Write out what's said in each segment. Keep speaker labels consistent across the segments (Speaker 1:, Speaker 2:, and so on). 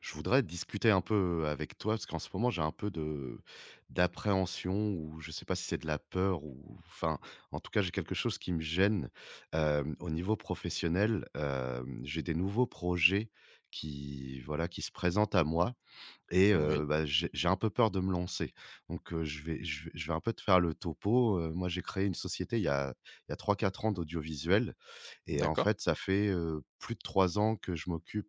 Speaker 1: Je voudrais discuter un peu avec toi parce qu'en ce moment j'ai un peu de d'appréhension ou je sais pas si c'est de la peur ou enfin en tout cas j'ai quelque chose qui me gêne, au niveau professionnel. J'ai des nouveaux projets qui voilà qui se présentent à moi et
Speaker 2: Oui,
Speaker 1: bah, j'ai un peu peur de me lancer. Donc je vais un peu te faire le topo. Moi, j'ai créé une société il y a trois quatre ans d'audiovisuel et en
Speaker 2: d'accord,
Speaker 1: fait ça fait, plus de 3 ans que je m'occupe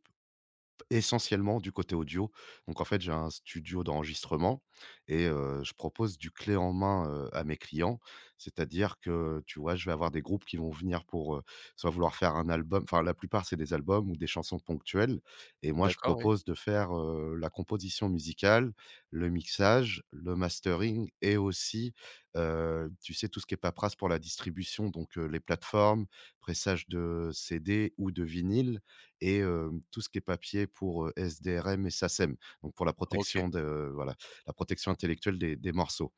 Speaker 1: essentiellement du côté audio. Donc en fait, j'ai un studio d'enregistrement et je propose du clé en main, à mes clients. C'est-à-dire que, tu vois, je vais avoir des groupes qui vont venir pour, soit vouloir faire un album, enfin la plupart c'est des albums ou des chansons ponctuelles, et moi je
Speaker 2: d'accord, oui.
Speaker 1: propose de faire, la composition musicale, le mixage, le mastering et aussi, tu sais, tout ce qui est paperasse pour la distribution, donc, les plateformes, pressage de CD ou de vinyle, et tout ce qui est papier pour, SDRM et SACEM, donc pour la
Speaker 2: OK,
Speaker 1: protection de voilà, la protection intellectuelle des morceaux.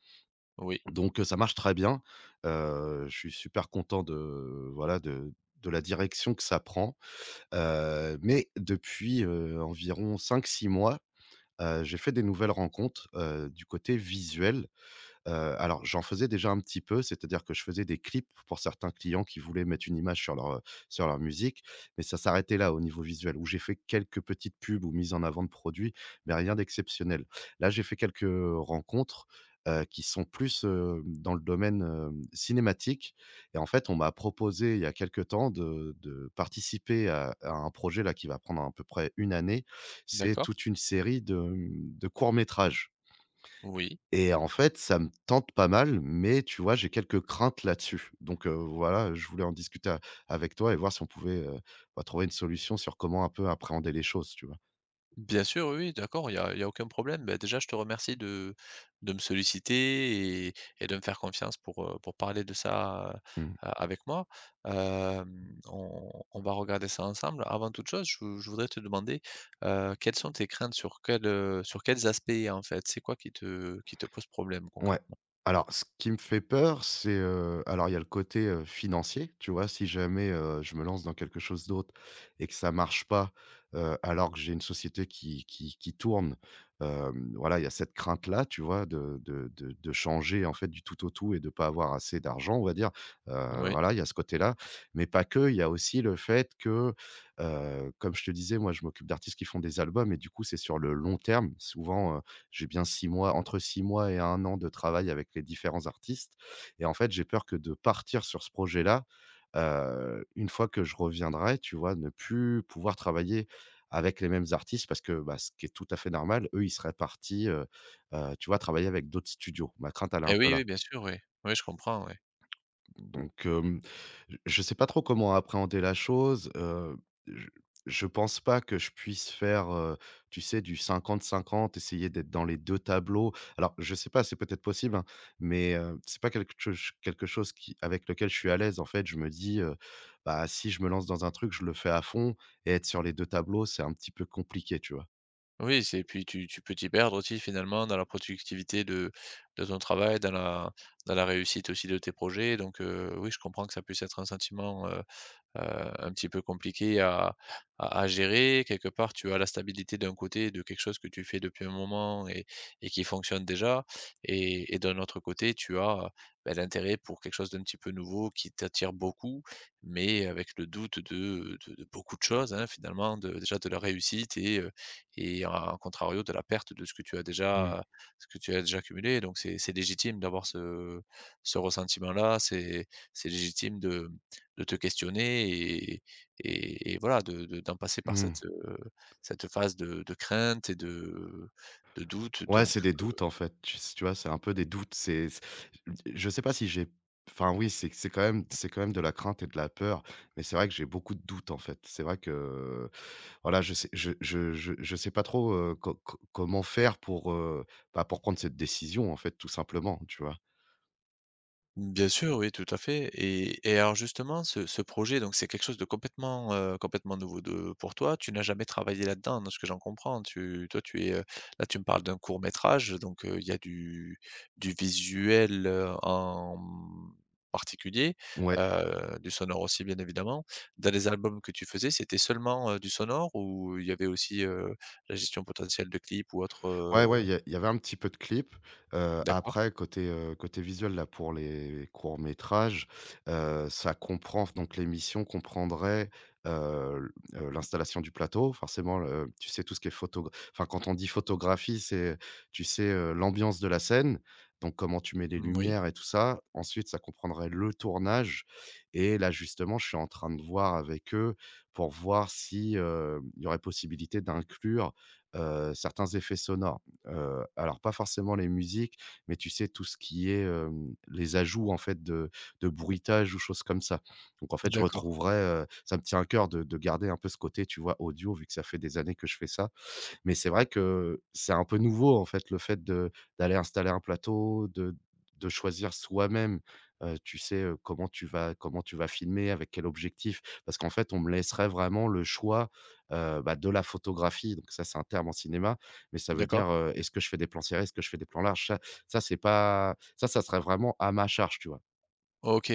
Speaker 2: oui,
Speaker 1: Donc, ça marche très bien. Je suis super content de voilà, de la direction que ça prend. Mais depuis, environ cinq six mois, j'ai fait des nouvelles rencontres, du côté visuel. Heu, alors j'en faisais déjà un petit peu, c'est-à-dire que je faisais des clips pour certains clients qui voulaient mettre une image sur leur musique, mais ça s'arrêtait là au niveau visuel, où j'ai fait quelques petites pubs ou mises en avant de produits, mais rien d'exceptionnel. Là, j'ai fait quelques rencontres, qui sont plus, dans le domaine, cinématique, et en fait, on m'a proposé, il y a quelque temps, de participer à un projet là qui va prendre à peu près une année. C'est
Speaker 2: d'accord,
Speaker 1: toute une série de, mmh, de courts métrages.
Speaker 2: oui.
Speaker 1: Et en fait, ça me tente pas mal, mais tu vois, j'ai quelques craintes là-dessus. Donc voilà, je voulais en discuter a avec toi et voir si on pouvait, bah, trouver une solution sur comment un peu appréhender les choses, tu vois?
Speaker 2: Bien sûr, oui, oui, d'accord, il y a aucun problème. Bah, déjà, je te remercie de me solliciter et de me faire confiance pour parler de ça,
Speaker 1: Mmh.
Speaker 2: avec moi. On va regarder ça ensemble. Avant toute chose, je voudrais te demander, quelles sont tes craintes sur quel, sur quels aspects, en fait? C'est quoi qui te pose problème
Speaker 1: Ouais.
Speaker 2: concrètement?
Speaker 1: Alors, ce qui me fait peur, c'est, alors il y a le côté, financier, tu vois? Si jamais, je me lance dans quelque chose d'autre et que ça marche pas, alors que j'ai une société qui tourne, voilà, il y a cette crainte-là, tu vois? De changer, en fait, du tout au tout et de pas avoir assez d'argent, on va dire. Heu,
Speaker 2: Oui.
Speaker 1: voilà, il y a ce côté-là, mais pas que. Il y a aussi le fait que, comme je te disais, moi, je m'occupe d'artistes qui font des albums et du coup, c'est sur le long terme. Souvent, j'ai bien 6 mois, entre 6 mois et un an de travail avec les différents artistes, et en fait, j'ai peur que de partir sur ce projet-là, une fois que je reviendrai, tu vois? Ne plus pouvoir travailler avec les mêmes artistes parce que, bah, ce qui est tout à fait normal, eux, ils seraient partis, tu vois? Travailler avec d'autres studios. Ma crainte, elle est
Speaker 2: Eh
Speaker 1: un peu
Speaker 2: oui, oui,
Speaker 1: là.
Speaker 2: bien sûr, oui. Oui, je comprends, oui.
Speaker 1: Donc, je ne sais pas trop comment appréhender la chose. Je je pense pas que je puisse faire, tu sais, du cinquante-cinquante, essayer d'être dans les 2 tableaux. Alors je sais pas, c'est peut-être possible, hein, mais, c'est pas quelque chose qui avec lequel je suis à l'aise. En fait, je me dis, «Bah, si je me lance dans un truc, je le fais à fond», et être sur les 2 tableaux, c'est un petit peu compliqué, tu vois?
Speaker 2: Oui, c'est puis tu peux t'y perdre aussi finalement dans la productivité de ton travail, dans la réussite aussi de tes projets donc oui, je comprends que ça puisse être un sentiment, heu, un petit peu compliqué à gérer. Quelque part, tu as la stabilité d'un côté de quelque chose que tu fais depuis un moment et qui fonctionne déjà et d'un autre côté, tu as, bah, l'intérêt pour quelque chose d'un petit peu nouveau qui t'attire beaucoup, mais avec le doute de beaucoup de choses, hein, finalement, de déjà de la réussite et en contrario de la perte de ce que tu as
Speaker 1: Mmh.
Speaker 2: déjà accumulé donc c'est légitime d'avoir ce ressentiment-là, c'est légitime de te questionner et voilà de d'en passer par
Speaker 1: Mmh.
Speaker 2: cette, cette phase de crainte et de doute
Speaker 1: Ouais,
Speaker 2: donc.
Speaker 1: c'est des doutes, en fait. Tu vois, c'est un peu des doutes. C'est c je sais pas si j'ai enfin, oui, c'est c'est quand même de la crainte et de la peur, mais c'est vrai que j'ai beaucoup de doutes, en fait. C'est vrai que, voilà, je sais pas trop, co co comment faire pour, bah, pour prendre cette décision, en fait, tout simplement, tu vois?
Speaker 2: Bien sûr, oui, tout à fait. Et alors justement, ce projet, donc c'est quelque chose de complètement, complètement nouveau de, pour toi. Tu n'as jamais travaillé là-dedans, de ce que j'en comprends. Tu, toi, tu es, là, tu me parles d'un court métrage, donc il y a du visuel en particulier,
Speaker 1: Ouais.
Speaker 2: du sonore aussi, bien évidemment. Dans les albums que tu faisais, c'était seulement du sonore ou il y avait aussi la gestion potentielle de clips ou autre.
Speaker 1: Ouais, ouais, il y avait un petit peu de clips.
Speaker 2: D'accord.
Speaker 1: Après côté, côté visuel là pour les courts métrages, ça comprend, donc l'émission comprendrait, l'installation du plateau, forcément le tu sais tout ce qui est photo, enfin quand on dit photographie, c'est, tu sais, l'ambiance de la scène, donc comment tu mets les
Speaker 2: Mmh. Oui,
Speaker 1: lumières et tout ça. Ensuite, ça comprendrait le tournage et là justement, je suis en train de voir avec eux pour voir si, il y aurait possibilité d'inclure, certains effets sonores. Alors pas forcément les musiques, mais tu sais tout ce qui est, les ajouts en fait de bruitage ou choses comme ça. Donc en fait, je
Speaker 2: d'accord,
Speaker 1: retrouverais, ça me tient à cœur de garder un peu ce côté, tu vois, audio, vu que ça fait des années que je fais ça, mais c'est vrai que c'est un peu nouveau, en fait, le fait de d'aller installer un plateau, de choisir soi-même, tu sais, comment tu vas filmer, avec quel objectif. Parce qu'en fait, on me laisserait vraiment le choix, bah, de la photographie, donc ça, c'est un terme en cinéma, mais ça veut
Speaker 2: d'accord.
Speaker 1: dire, est-ce que je fais des plans serrés, est-ce que je fais des plans larges? Ça ça, c'est pas ça, ça serait vraiment à ma charge, tu vois?
Speaker 2: Ok.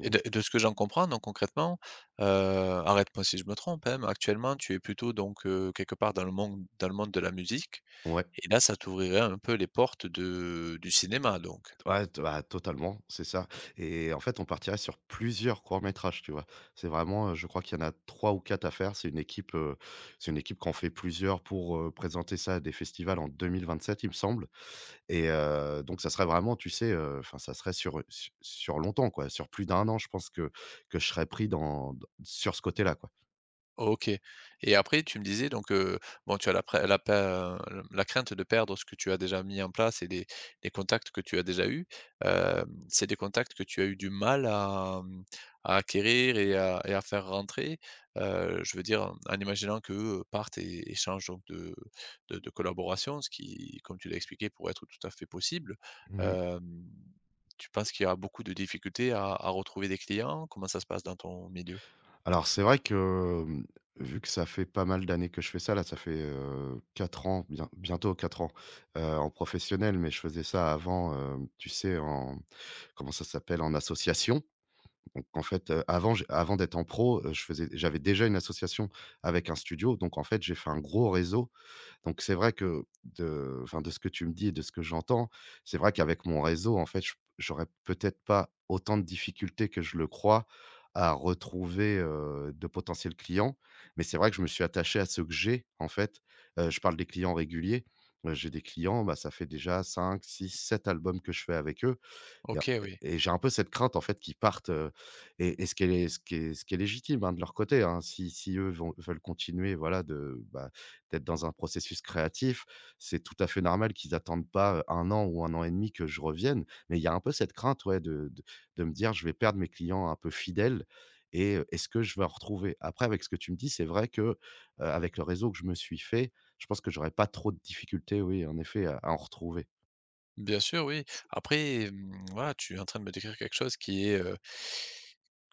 Speaker 2: Et de ce que j'en comprends donc concrètement, arrête-moi si je me trompe, hein, mais actuellement tu es plutôt donc quelque part dans le monde de la musique
Speaker 1: ouais.
Speaker 2: et là ça t'ouvrirait un peu les portes de du cinéma donc?
Speaker 1: Ouais, t bah, totalement, c'est ça, et en fait, on partirait sur plusieurs courts-métrages, tu vois? C'est vraiment, je crois qu'il y en a 3 ou 4 à faire. C'est une équipe qu'on fait plusieurs pour, présenter ça à des festivals en 2027, il me semble, et donc ça serait vraiment, tu sais, enfin, ça serait sur, su sur longtemps, quoi, sur plus d'un an, je pense, que je serais pris dans d sur ce côté-là, quoi.
Speaker 2: OK. Et après tu me disais donc, bon tu as la pré la pa la crainte de perdre ce que tu as déjà mis en place et les contacts que tu as déjà eus. Hem, c'est des contacts que tu as eu du mal à, mmh, à acquérir et à faire rentrer? Je veux dire, en imaginant qu'eux partent et changent donc de collaboration, ce qui, comme tu l'as expliqué, pourrait être tout à fait possible.
Speaker 1: Mmh.
Speaker 2: Hem, tu penses qu'il y a beaucoup de difficultés à retrouver des clients? Comment ça se passe dans ton milieu?
Speaker 1: Alors c'est vrai que, mmh, vu que ça fait pas mal d'années que je fais ça, là, ça fait, 4 ans, bientôt 4 ans, en professionnel, mais je faisais ça avant, tu sais, en comment ça s'appelle? En association. Donc en fait, avant d'être en pro, je faisais j'avais déjà une association avec un studio. Donc en fait, j'ai fait un gros réseau, donc c'est vrai que de enfin, de ce que tu me dis et de ce que j'entends, c'est vrai qu'avec mon réseau, en fait, je j'aurais peut-être pas autant de difficultés que je le crois à retrouver, de potentiels clients. Mais c'est vrai que je me suis attaché à ceux que j'ai, en fait. Je parle des clients réguliers. J'ai des clients, bah, ça fait déjà cinq, six, sept albums que je fais avec eux. Il y a
Speaker 2: OK, oui.
Speaker 1: et j'ai un peu cette crainte, en fait, qu'ils partent, et ce qui est ce qui est légitime, hein, de leur côté, hein. Si si eux vont veulent continuer, voilà, de, bah, d'être dans un processus créatif, c'est tout à fait normal qu'ils n'attendent pas, 1 an ou un an et demi que je revienne. Mais il y a un peu cette crainte, ouais, de me dire: «Je vais perdre mes clients un peu fidèles, et est-ce que je vais en retrouver?» Après avec ce que tu me dis, c'est vrai que, avec le réseau que je me suis fait, je pense que j'aurais pas trop de difficultés, oui, en effet, à en retrouver.
Speaker 2: Bien sûr, oui. Après, hem, voilà, tu es en train de me décrire quelque chose qui est,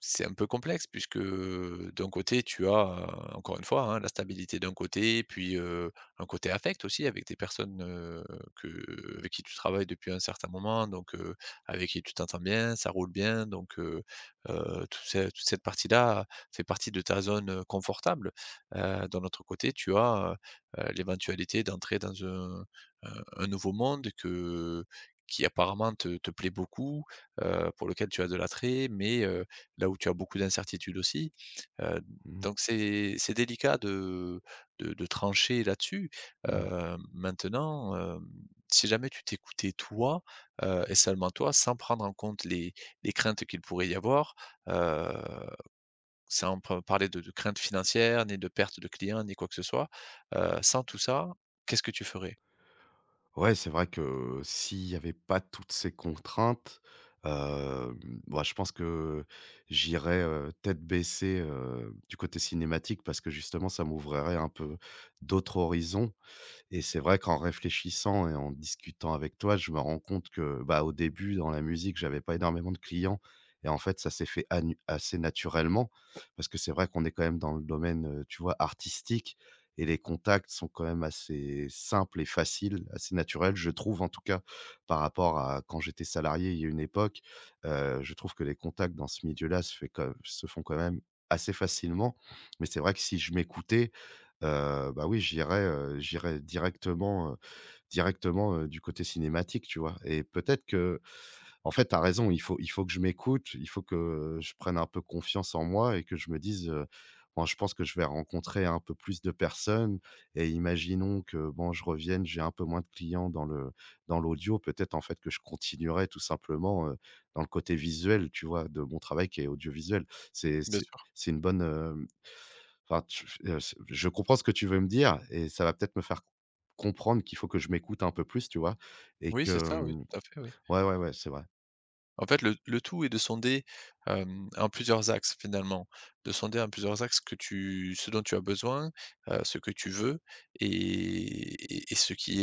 Speaker 2: c'est un peu complexe puisque, d'un côté, tu as, encore une fois, hein, la stabilité d'un côté, puis, un côté affect aussi avec des personnes, que avec qui tu travailles depuis un certain moment, donc, avec qui tu t'entends bien, ça roule bien, donc, toute ce toute cette partie-là fait partie de ta zone, confortable. D'un autre côté, tu as, l'éventualité d'entrer dans heu, un nouveau monde que qui apparemment te plaît beaucoup, pour lequel tu as de l'attrait, mais là où tu as beaucoup d'incertitudes aussi. Heu,
Speaker 1: Mmh mh.
Speaker 2: donc c'est délicat de trancher là-dessus.
Speaker 1: Mmh.
Speaker 2: Maintenant, hem, si jamais tu t'écoutais toi, et seulement toi, sans prendre en compte les craintes qu'il pourrait y avoir, heu, sans pa parler de craintes financières, ni de perte de clients, ni quoi que ce soit, sans tout ça, qu'est-ce que tu ferais?
Speaker 1: Ouais, c'est vrai que s'il y avait pas toutes ces contraintes, hem, bah, je pense que j'irais, tête baissée, du côté cinématique, parce que justement ça m'ouvrirait un peu d'autres horizons, et c'est vrai qu'en réfléchissant et en discutant avec toi, je me rends compte que, bah, au début, dans la musique, j'avais pas énormément de clients, et en fait, ça s'est fait anu assez naturellement, parce que c'est vrai qu'on est quand même dans le domaine, tu vois, artistique, et les contacts sont quand même assez simples et faciles, assez naturels, je trouve en tout cas, par rapport à quand j'étais salarié il y a une époque. Je trouve que les contacts dans ce milieu-là se fait quand se font quand même assez facilement, mais c'est vrai que si je m'écoutais, bah, oui, j'irais, directement, du côté cinématique, tu vois? Et peut-être que, en fait, t'as raison, il faut que je m'écoute, il faut que je prenne un peu confiance en moi et que je me dise, «Bon, je pense que je vais rencontrer un peu plus de personnes, et imaginons que, bon, je revienne, j'ai un peu moins de clients dans le dans l'audio», peut-être, en fait, que je continuerai tout simplement, dans le côté visuel, tu vois? De mon travail qui est audiovisuel. C'est
Speaker 2: Bien.
Speaker 1: c'est c'est une bonne, enfin, tu s je comprends ce que tu veux me dire et ça va peut-être me faire comprendre qu'il faut que je m'écoute un peu plus, tu vois? Et
Speaker 2: Oui, c'est ça, oui,
Speaker 1: que,
Speaker 2: tout à fait, oui.
Speaker 1: ouais, c'est vrai.
Speaker 2: En fait, le tout est de sonder, hem, en plusieurs axes finalement. De sonder en plusieurs axes que tu ce dont tu as besoin, ce que tu veux et ce qui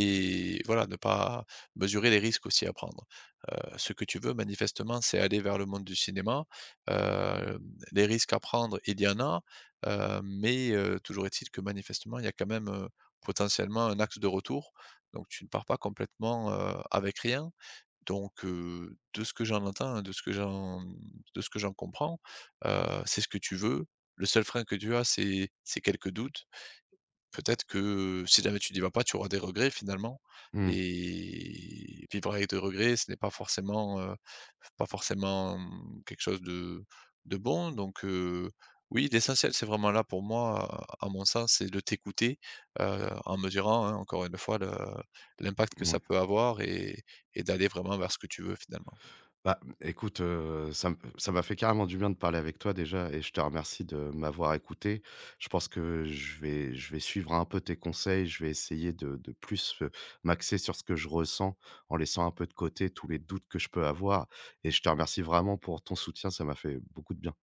Speaker 2: est voilà, ne pas mesurer les risques aussi à prendre. Ce que tu veux manifestement, c'est aller vers le monde du cinéma. Hem, les risques à prendre, il y en a, mais toujours est-il que manifestement, il y a quand même, potentiellement un axe de retour. Donc tu ne pars pas complètement, avec rien. Donc, de ce que j'en entends, hein, de ce que j'en comprends, c'est ce que tu veux. Le seul frein que tu as, c'est quelques doutes. Peut-être que si jamais tu n'y vas pas, tu auras des regrets finalement
Speaker 1: Mmh,
Speaker 2: et vivre avec des regrets, ce n'est pas forcément, pas forcément mmh, quelque chose de bon donc oui l'essentiel c'est vraiment là pour moi, à mon sens, c'est de t'écouter, en mesurant, hein, encore une fois le l'impact que ça
Speaker 1: mouais.
Speaker 2: peut avoir et d'aller vraiment vers ce que tu veux finalement.
Speaker 1: Bah, écoute, ça m'a fait carrément du bien de parler avec toi déjà et je te remercie de m'avoir écouté. Je pense que je vais suivre un peu tes conseils, je vais essayer de plus, m'axer sur ce que je ressens en laissant un peu de côté tous les doutes que je peux avoir, et je te remercie vraiment pour ton soutien, ça m'a fait beaucoup de bien.